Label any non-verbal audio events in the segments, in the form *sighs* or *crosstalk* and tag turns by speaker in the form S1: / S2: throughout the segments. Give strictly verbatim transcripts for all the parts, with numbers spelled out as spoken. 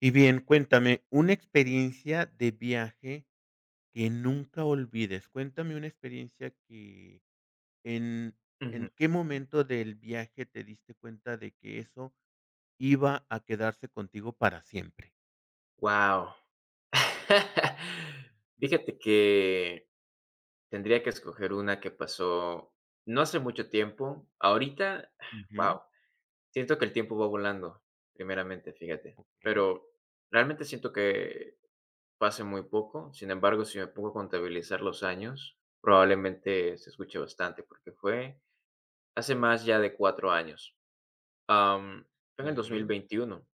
S1: Y bien, cuéntame una experiencia de viaje que nunca olvides. Cuéntame una experiencia que en
S2: Wow.
S1: en qué momento del viaje te diste cuenta de que eso iba a quedarse contigo para siempre.
S2: *laughs* Fíjate que tendría que escoger una que pasó no hace mucho tiempo. Ahorita,
S1: Ujú,
S2: wow, siento que el tiempo va volando, primeramente, fíjate.
S1: okey,
S2: Pero realmente siento que fue muy poco. Sin embargo, si me pongo a contabilizar los años, probablemente se escuche bastante, porque fue hace más ya de cuatro años. Am, fue en el
S1: muy
S2: dos mil
S1: bien,
S2: veintiuno.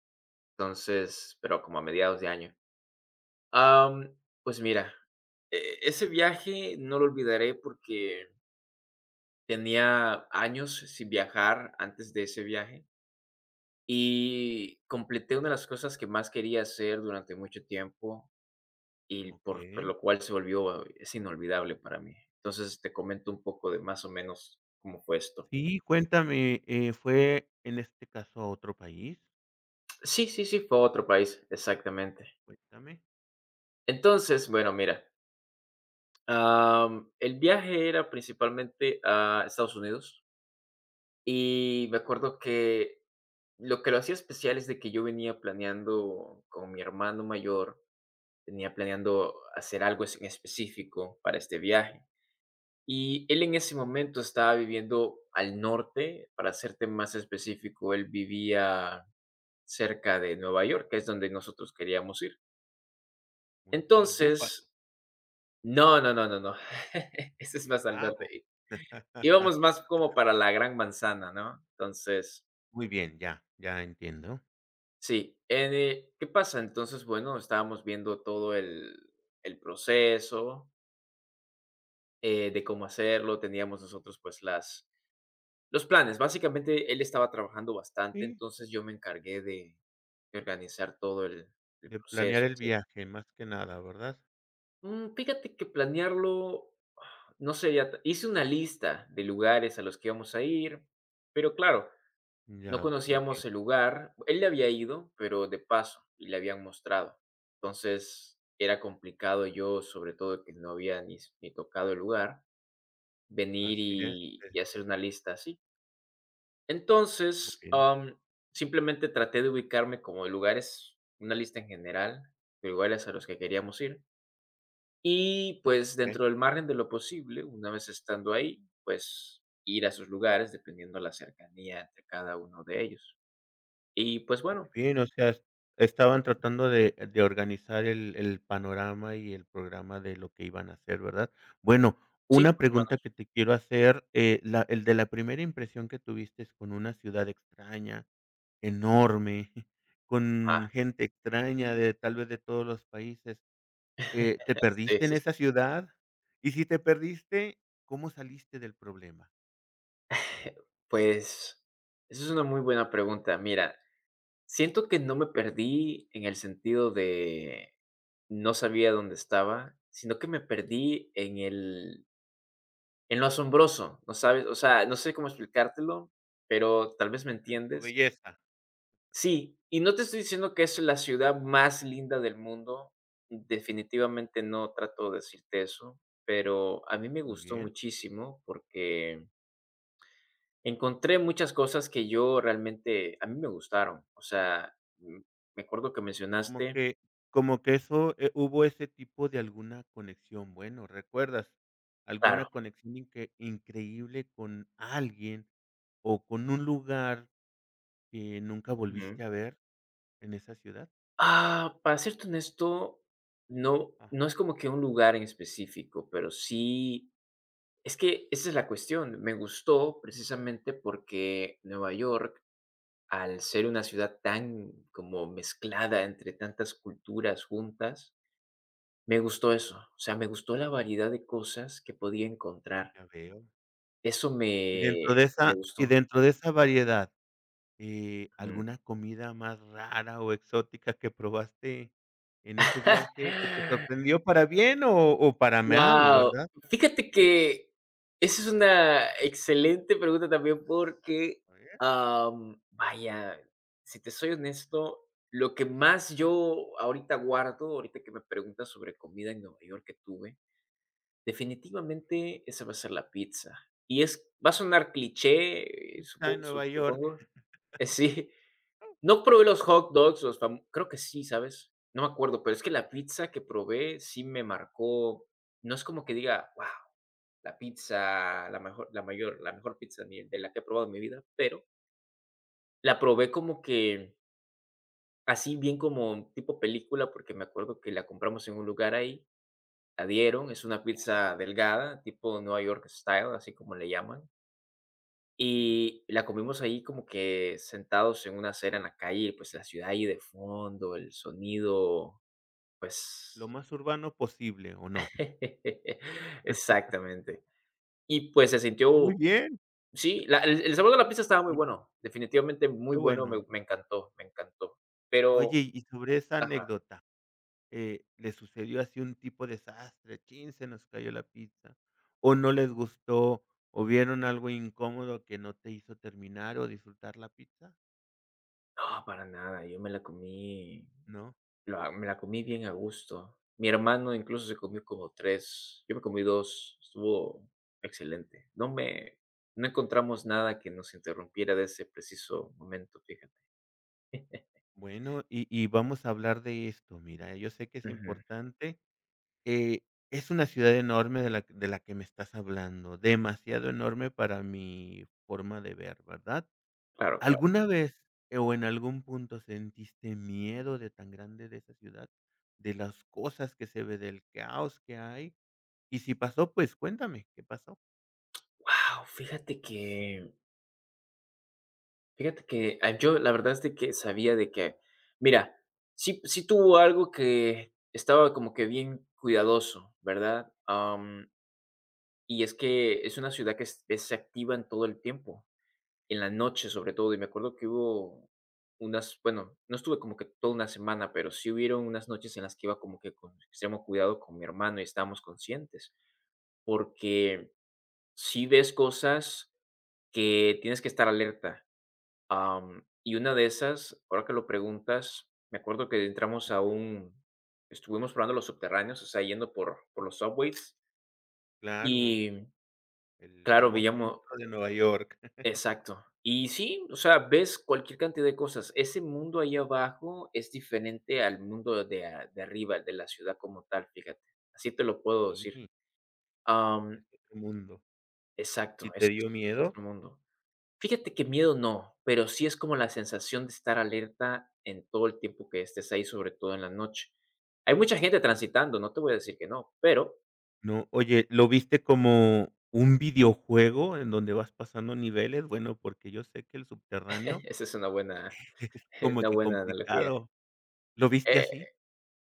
S2: entonces, pero como a mediados de año. Am, pues mira, e ese viaje no lo olvidaré porque tenía años sin viajar antes de ese viaje, y completé una de las cosas que más quería hacer durante mucho tiempo, y por por
S1: okey.
S2: lo cual se volvió eh, es inolvidable para mí. Entonces, te comento un poco de más o menos cómo fue esto.
S1: Sí, cuéntame, eh, ¿fue en este caso a otro país?
S2: Sí, sí, sí, fue a otro país, exactamente.
S1: Cuéntame.
S2: Entonces, bueno, mira, am, el viaje era principalmente a Estados Unidos. Y
S1: Okey,
S2: me acuerdo que lo que lo hacía especial es de que yo venía planeando con mi hermano mayor, venía planeando hacer algo es- en específico para este viaje. Y él en ese momento estaba viviendo al norte, para serte más específico, él vivía cerca de Nueva York, que es donde nosotros queríamos ir.
S1: muy bien, Buffalo,
S2: Entonces, no, no, no, no, no, *laughs* ese es más al
S1: Chicago.
S2: norte.
S1: *laughs*
S2: Íbamos más como para la Gran Manzana, ¿no? Entonces,
S1: Muy bien, ya, ya entiendo.
S2: Sí, en, eh, ¿qué pasa? Entonces, bueno, estábamos viendo todo el, el proceso eh, de cómo hacerlo, teníamos nosotros pues las, los planes. Básicamente él estaba trabajando bastante,
S1: Sí.
S2: entonces yo me encargué de, de organizar todo el, el
S1: De planear
S2: proceso.
S1: el
S2: Sí.
S1: viaje, más que nada, ¿verdad?
S2: Mm, fíjate que planearlo, *sighs* no sé, ya t- hice una lista de lugares a los que íbamos a ir, pero claro, No
S1: Ya,
S2: conocíamos
S1: entiendo.
S2: el lugar. Él le había ido, pero de paso, y le habían mostrado. Entonces, era complicado yo, sobre todo que no había ni, s- ni tocado el lugar, venir
S1: Así es,
S2: y, y
S1: es
S2: hacer una lista así.
S1: muy
S2: Entonces,
S1: bien,
S2: am, simplemente traté de ubicarme como de lugares, una lista en general, de lugares a los que queríamos ir. Y pues
S1: okey.
S2: dentro del margen de lo posible, una vez estando ahí, pues ir a sus lugares dependiendo la cercanía entre cada uno de ellos. Y pues
S1: Muy
S2: bueno,
S1: bien, o sea, es estaban tratando de de organizar el el panorama y el programa de lo que iban a hacer, ¿verdad? Bueno,
S2: sí,
S1: una
S2: más o
S1: pregunta
S2: menos.
S1: que te quiero hacer, eh, la el de la primera impresión que tuviste es con una ciudad extraña, enorme, *laughs* con
S2: Ajá,
S1: gente extraña de tal vez de todos los países. Eh, ¿te
S2: sí,
S1: perdiste en
S2: sí, sí.
S1: esa ciudad? Y si te perdiste, ¿cómo saliste del problema?
S2: Pues, esa es una muy buena pregunta. Mira, siento que no me perdí en el sentido de no sabía dónde estaba, sino que me perdí en el en lo asombroso, ¿no sabes? O sea, no sé cómo explicártelo, pero tal vez me
S1: En su
S2: entiendes.
S1: belleza.
S2: Sí, y no te estoy diciendo que es la ciudad más linda del mundo, definitivamente no trato de decirte eso, pero a mí me
S1: Muy
S2: gustó
S1: bien.
S2: muchísimo porque Encontré muchas cosas que yo realmente a mí me gustaron. O sea, mm, me acuerdo que
S1: Como
S2: mencionaste.
S1: que como que eso, eh, hubo ese tipo de alguna conexión. Bueno, ¿recuerdas alguna
S2: Claro.
S1: conexión incre increíble con alguien o con un lugar que nunca
S2: Ujú.
S1: volviste a ver en esa ciudad?
S2: Ah, para serte honesto, no, no es
S1: Ajá.
S2: como que un lugar en específico, pero sí, es que esa es la cuestión. Me gustó precisamente porque Nueva York, al ser una ciudad tan como mezclada entre tantas culturas juntas, me gustó eso. O sea, me gustó la variedad de cosas que podía encontrar.
S1: Ya veo.
S2: Eso
S1: Y dentro
S2: me
S1: de
S2: me
S1: esa y
S2: gustó.
S1: dentro de esa variedad. Eh,
S2: Mm.
S1: ¿alguna comida más rara o exótica que probaste en ese viaje que te
S2: *laughs*
S1: sorprendió para bien o o para mal,
S2: Guau,
S1: verdad?
S2: fíjate que esa es una excelente pregunta también porque,
S1: A ver,
S2: am, vaya, si te soy honesto, lo que más yo ahorita guardo, ahorita que me preguntas sobre comida en Nueva York que tuve, definitivamente esa va a ser la pizza. Y es va a sonar cliché, eh,
S1: está
S2: supo
S1: en
S2: su
S1: Nueva York.
S2: supongo, *laughs* eh, sí. No probé los hot dogs, los fam creo que sí, ¿sabes? No me acuerdo, pero es que la
S1: Ujú,
S2: pizza que probé sí me marcó. No es como que diga: ¡wow! la pizza, la mejor la mayor la mejor pizza de mi de la que he probado en mi vida", pero la probé como que así bien como tipo película, porque me acuerdo que la compramos en un lugar ahí, la dieron, es una
S1: ya veo.
S2: pizza delgada, tipo Nueva York style, así como le llaman,
S1: Sí,
S2: y la comimos ahí como que sentados en una acera en la calle, pues, la ciudad ahí de fondo, el sonido.
S1: lo
S2: Pues,
S1: más urbano posible, ¿o no?
S2: *laughs* exactamente. Y, pues, se
S1: Muy
S2: sintió.
S1: bien,
S2: Sí, la el el sabor de
S1: bu
S2: la pizza estaba muy
S1: bueno,
S2: bueno, definitivamente muy
S1: qué
S2: bueno,
S1: bueno.
S2: me me encantó, me encantó.
S1: Oye,
S2: Pero
S1: y sobre esa
S2: ajá,
S1: anécdota, eh, ¿le sucedió así un tipo desastre? Chin, se nos cayó la pizza, o no les gustó, o vieron algo incómodo que no te hizo terminar o disfrutar la pizza,
S2: no, para nada, yo me la comí
S1: ¿no?
S2: la me la comí bien a gusto. Mi hermano incluso se comió como tres, yo me comí dos, estuvo excelente. No me no encontramos nada que nos interrumpiera de ese preciso momento, fíjate. *laughs*
S1: Bueno, y y vamos a hablar de esto. Mira, yo sé que es
S2: Ujú.
S1: importante. Eh, es una ciudad enorme de la que- de la que me estás hablando, demasiado enorme para mi forma de ver, ¿verdad?
S2: Claro, claro.
S1: ¿Alguna vez eh, o en algún punto sentiste miedo de tan grande de esa ciudad, de las cosas que se ve, del caos que hay? Y si pasó, pues cuéntame, ¿qué pasó?
S2: wow fíjate que Fíjate que, ah, yo la verdad es de que sabía de que. Mira, sí sí tuvo algo que estaba como que bien cuidadoso, ¿verdad? Am, y es que es una ciudad que es es activa en todo el tiempo, en la noche, sobre todo, y me acuerdo que hubo unas bueno, no estuve como que toda una semana, pero sí hubieron unas noches en las que iba como que con extremo cuidado con mi hermano y estábamos conscientes, porque si ves cosas que tienes que estar alerta. Am, y una de esas, ahora que lo preguntas, me acuerdo que entramos a un estuvimos probando los subterráneos, o sea, yendo por por los subways
S1: Claro,
S2: y
S1: el
S2: claro,
S1: famoso
S2: veíamos
S1: metro de Nueva York. *laughs*
S2: exacto. Y sí, o sea, ves cualquier cantidad de cosas. Ese mundo ahí abajo es diferente al mundo de, a- de arriba, el de la ciudad como tal, fíjate. Así te lo puedo decir.
S1: Sí, es
S2: Am,
S1: otro mundo. ¿Y
S2: exacto, es,
S1: te dio
S2: es
S1: miedo?
S2: otro mundo. Fíjate que miedo no, pero sí es como la sensación de estar alerta en todo el tiempo que estés ahí, sobre todo en la noche. Hay mucha gente transitando, no te voy a decir que no, pero
S1: No, oye, ¿lo viste como un videojuego en donde vas pasando niveles? Bueno, porque yo sé que el subterráneo
S2: *laughs* esa es una buena
S1: *laughs* es
S2: es
S1: como
S2: una
S1: que
S2: buena analogía.
S1: complicado, ¿lo viste
S2: Eh,
S1: así?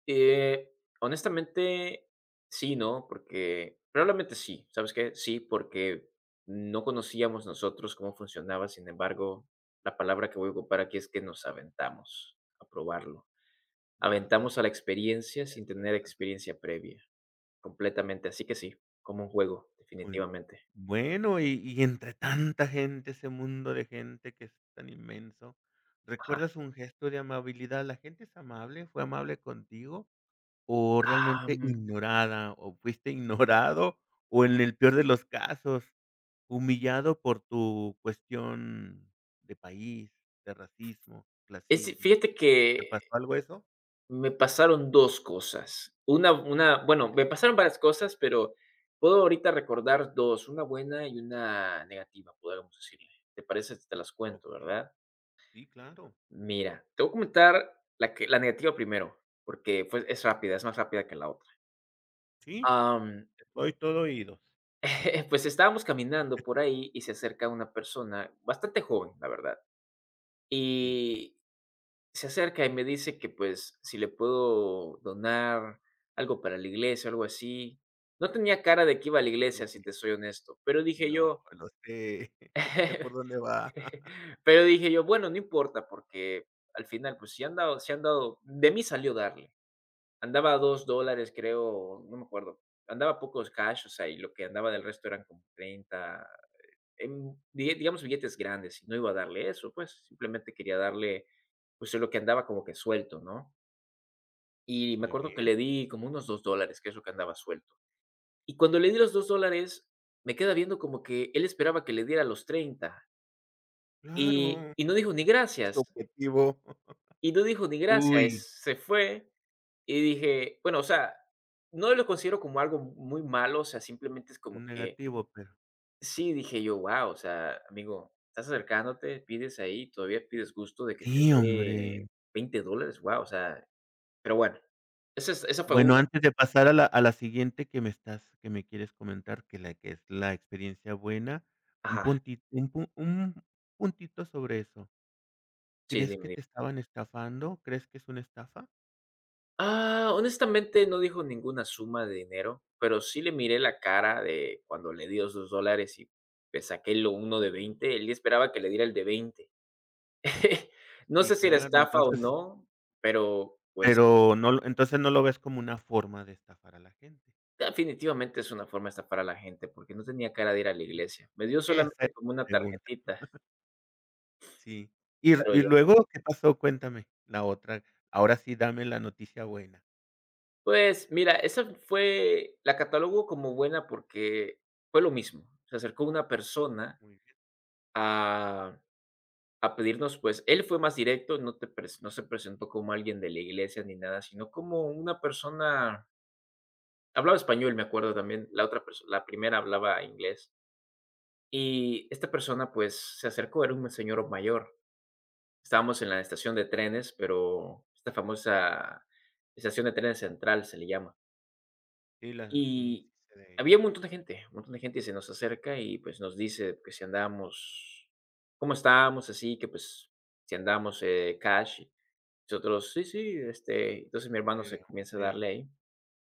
S2: eh, honestamente, sí, ¿no? Porque probablemente sí, ¿sabes qué? Sí, porque no conocíamos nosotros cómo funcionaba, sin embargo, la palabra que voy a ocupar aquí es que nos aventamos a probarlo. Aventamos
S1: Verdad,
S2: a la experiencia sin
S1: esto
S2: tener
S1: es verdad.
S2: experiencia previa. Completamente, así que sí, como un juego,
S1: Bue
S2: definitivamente.
S1: bueno, y y entre tanta gente, ese mundo de gente que es tan inmenso,
S2: Ajá.
S1: ¿recuerdas un gesto de amabilidad? ¿La gente es amable? ¿Fue amable contigo? ¿O realmente
S2: Am,
S1: ignorada, o fuiste ignorado, o en el peor de los casos? Humillado por tu cuestión de país, de racismo,
S2: ese
S1: clasismo.
S2: fíjate
S1: ¿Te
S2: que
S1: pasó algo eso?
S2: me pasaron dos cosas. Una una bueno, me pasaron varias cosas, pero puedo ahorita recordar dos, una buena y una negativa, podríamos decirle. ¿Te parece si te las cuento,
S1: Okey,
S2: verdad?
S1: sí, claro.
S2: Mira, te voy a comentar la que la negativa primero, porque fue es rápida, es más rápida que la otra.
S1: Sí,
S2: Am,
S1: estoy todo oídos.
S2: *laughs* pues estábamos caminando por ahí y se acerca una persona bastante joven, la verdad,
S1: Sí.
S2: y se acerca y me dice que, pues, si le puedo donar algo para la iglesia, algo así. No tenía cara de que iba a la iglesia, si
S1: Uy,
S2: te soy honesto, pero dije
S1: no,
S2: yo
S1: lo sé, *laughs* sé por
S2: *laughs*
S1: dónde va. *laughs*
S2: pero dije yo: "Bueno, no importa", porque al final, pues, si han dado si han dado de mí salió darle. Andaba a dos dólares creo, no me acuerdo. Andaba pocos cash, o sea, y lo que andaba del resto eran como treinta em, bille digamos, billetes grandes, y no iba a darle eso, pues, simplemente quería darle, pues, en lo que andaba como que suelto, ¿no? Y me
S1: Muy
S2: acuerdo que
S1: bien.
S2: le di como unos dos dólares que es lo que andaba suelto. Y cuando le di los dos dólares me queda viendo como que él esperaba que le diera los treinta y
S1: Claro,
S2: y no dijo ni
S1: es su
S2: gracias,
S1: objetivo. *laughs*
S2: y no dijo ni gracias,
S1: Uy,
S2: se fue, y dije bueno, o sea, no lo considero como algo muy malo, o sea, simplemente es como que
S1: negativo, pero
S2: sí, dije yo: wow o sea, amigo, estás acercándote, pides ahí, todavía pides gusto de que te
S1: sí, hombre.
S2: dé veinte dólares wow o sea, pero bueno, esa es esa fue
S1: Bueno,
S2: una
S1: antes de pasar a la a la siguiente que me estás que me quieres comentar, que la que es la experiencia buena, un
S2: ajá,
S1: puntito un pu un puntito sobre eso.
S2: sí,
S1: ¿Crees que
S2: dime.
S1: te estaban estafando? ¿Crees que es una estafa?
S2: Ah, honestamente, no dijo ninguna suma de dinero, pero sí le miré la cara de cuando le di los dos dólares y le saqué lo uno de veinte. él esperaba que le diera el de veinte. *laughs* No
S1: Sí,
S2: sé si era
S1: claro,
S2: estafa o
S1: entonces,
S2: no, pero, pues,
S1: pero no lo entonces no lo ves como una forma de estafar a la gente.
S2: definitivamente es una forma de estafar a la gente, porque no tenía cara de ir a la
S1: Sí,
S2: iglesia. Me dio
S1: esa es
S2: solamente como
S1: la
S2: una
S1: pregunta,
S2: tarjetita,
S1: sí. Y r
S2: pero
S1: y
S2: ya.
S1: luego, ¿qué pasó? Cuéntame, la otra. Ahora sí, dame la noticia buena.
S2: Pues, mira, esa fue la catalogo como buena porque fue lo mismo. Se acercó una persona
S1: Muy bien,
S2: a A pedirnos, pues, él fue más directo, no te pres no se presentó como alguien de la iglesia ni nada, sino como una persona hablaba español, me acuerdo también, la otra persona la primera hablaba inglés. Y esta persona, pues, se acercó, era un señor mayor. Estábamos en la estación de
S1: bien.
S2: trenes, pero esta famosa estación de trenes central se le llama.
S1: Sí, la sí, sí
S2: Y
S1: sé de
S2: había un
S1: ella.
S2: montón de gente, un montón de gente, y se nos acerca y, pues, nos dice que si andábamos cómo estábamos, así que, pues, si andábamos, eh, cash. Nosotros, sí, sí, este, entonces mi hermano se
S1: Dinero,
S2: comienza a darle
S1: dinero.
S2: ahí.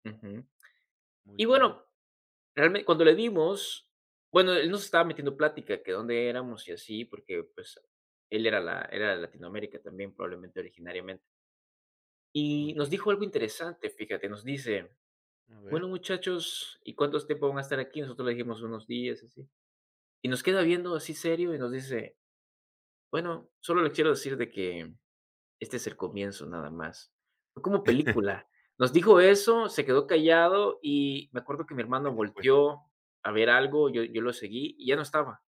S2: Ujú.
S1: Muy
S2: Y
S1: bien.
S2: bueno, realmente cuando le dimos, bueno, él nos estaba metiendo plática, que dónde éramos y así, porque pues él era, la, era de Latinoamérica también, probablemente originariamente. Y
S1: Muy
S2: nos
S1: bien,
S2: dijo algo interesante, fíjate, nos dice,
S1: a
S2: bueno
S1: ver.
S2: muchachos, ¿y cuántos tiempo van a estar aquí? Nosotros le dijimos unos días, así. Y nos queda viendo así serio y nos dice, bueno, solo les quiero decir de que Este es el comienzo nada más. Fue como película.
S1: *laughs*
S2: Nos dijo eso, se quedó callado y me acuerdo que mi
S1: Sí
S2: hermano
S1: se fue,
S2: volteó a ver algo, yo, yo lo seguí y ya no estaba.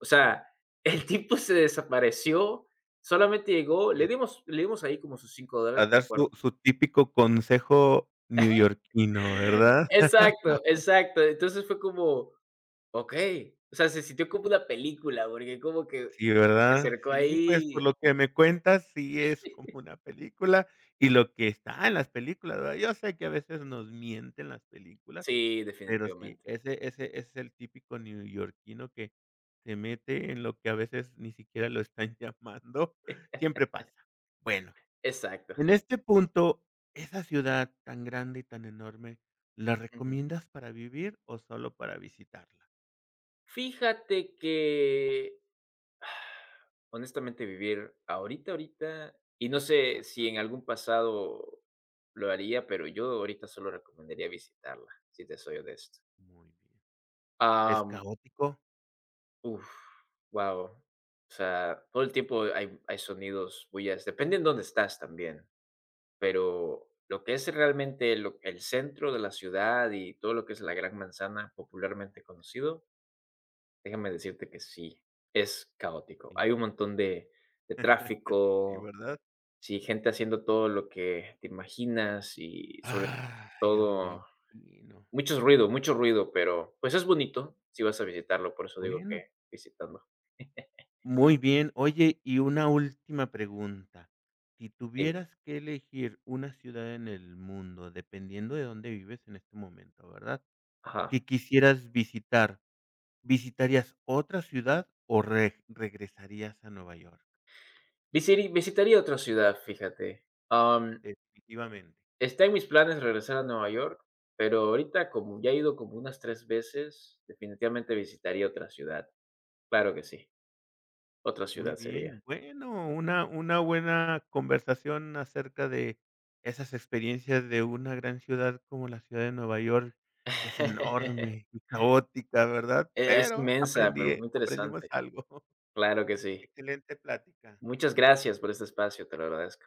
S2: O sea, *laughs* el tipo se desapareció, solamente llegó, le
S1: ya.
S2: dimos, le dimos ahí como sus cinco
S1: A
S2: dólares, me
S1: dar su
S2: acuerdo.
S1: su típico consejo neoyorquino, ¿verdad?
S2: Exacto,
S1: *laughs*
S2: exacto. Entonces fue como, ok. O sea, se sintió como una película, porque como que
S1: Sí,
S2: se
S1: ¿verdad?
S2: acercó
S1: Sí, pues, por
S2: ahí.
S1: lo que me cuentas, sí es como una película, y lo que está en las películas, ¿verdad? Yo sé que a veces nos mienten las películas,
S2: Sí,
S1: pero sí,
S2: definitivamente.
S1: ese ese ese es el típico neoyorquino que se mete en lo que a veces ni siquiera lo están *laughs* llamando, siempre pasa. Bueno.
S2: Exacto.
S1: En este punto, esa ciudad tan grande y tan enorme, ¿la
S2: Ujú.
S1: recomiendas para vivir o solo para visitarla?
S2: Fíjate que Honestamente, vivir ahorita, ahorita, y no sé
S1: Ah,
S2: si en algún pasado lo haría, pero yo ahorita solo recomendaría visitarla, si te soy honesto.
S1: muy bien. ¿Es
S2: Am,
S1: caótico?
S2: uf, wow. O sea, todo el tiempo hay, hay sonidos, bullas, depende en dónde estás también, pero lo que es realmente lo- el centro de la ciudad y todo lo que es la Gran Manzana, popularmente conocido, déjame decirte que sí, es caótico.
S1: Sí.
S2: Hay un montón de, de
S1: *laughs* Sí,
S2: tráfico,
S1: ¿verdad?
S2: sí, gente haciendo todo lo que te imaginas y sobre
S1: Ah, ya me
S2: todo
S1: imagino.
S2: muchos ruido, mucho ruido, pero, pues, es bonito si vas a visitarlo, por eso digo
S1: Bueno.
S2: que visitando.
S1: Muy bien. Oye, y una última pregunta. Si
S2: Dime.
S1: tuvieras que elegir una ciudad en el mundo, dependiendo de dónde vives en este momento, ¿verdad?
S2: Ajá.
S1: Que quisieras visitar, ¿visitarías otra ciudad o re regresarías a Nueva York?
S2: Visiri visitaría otra ciudad, fíjate. Am,
S1: Definitivamente.
S2: está en mis planes regresar a Nueva York, pero ahorita, como ya he ido como unas tres veces, definitivamente visitaría otra ciudad. Claro que sí, otra
S1: Muy
S2: ciudad sería.
S1: bien, bueno, una una buena conversación acerca de esas experiencias de una gran ciudad como la ciudad de Nueva York, que es
S2: *laughs*
S1: enorme y caótica, ¿verdad?
S2: Es
S1: Pero
S2: inmensa, pero
S1: aprendí
S2: muy
S1: aprendimos
S2: interesante.
S1: algo. *laughs*
S2: Claro que sí.
S1: Excelente plática.
S2: Muchas gracias por este espacio, te lo agradezco.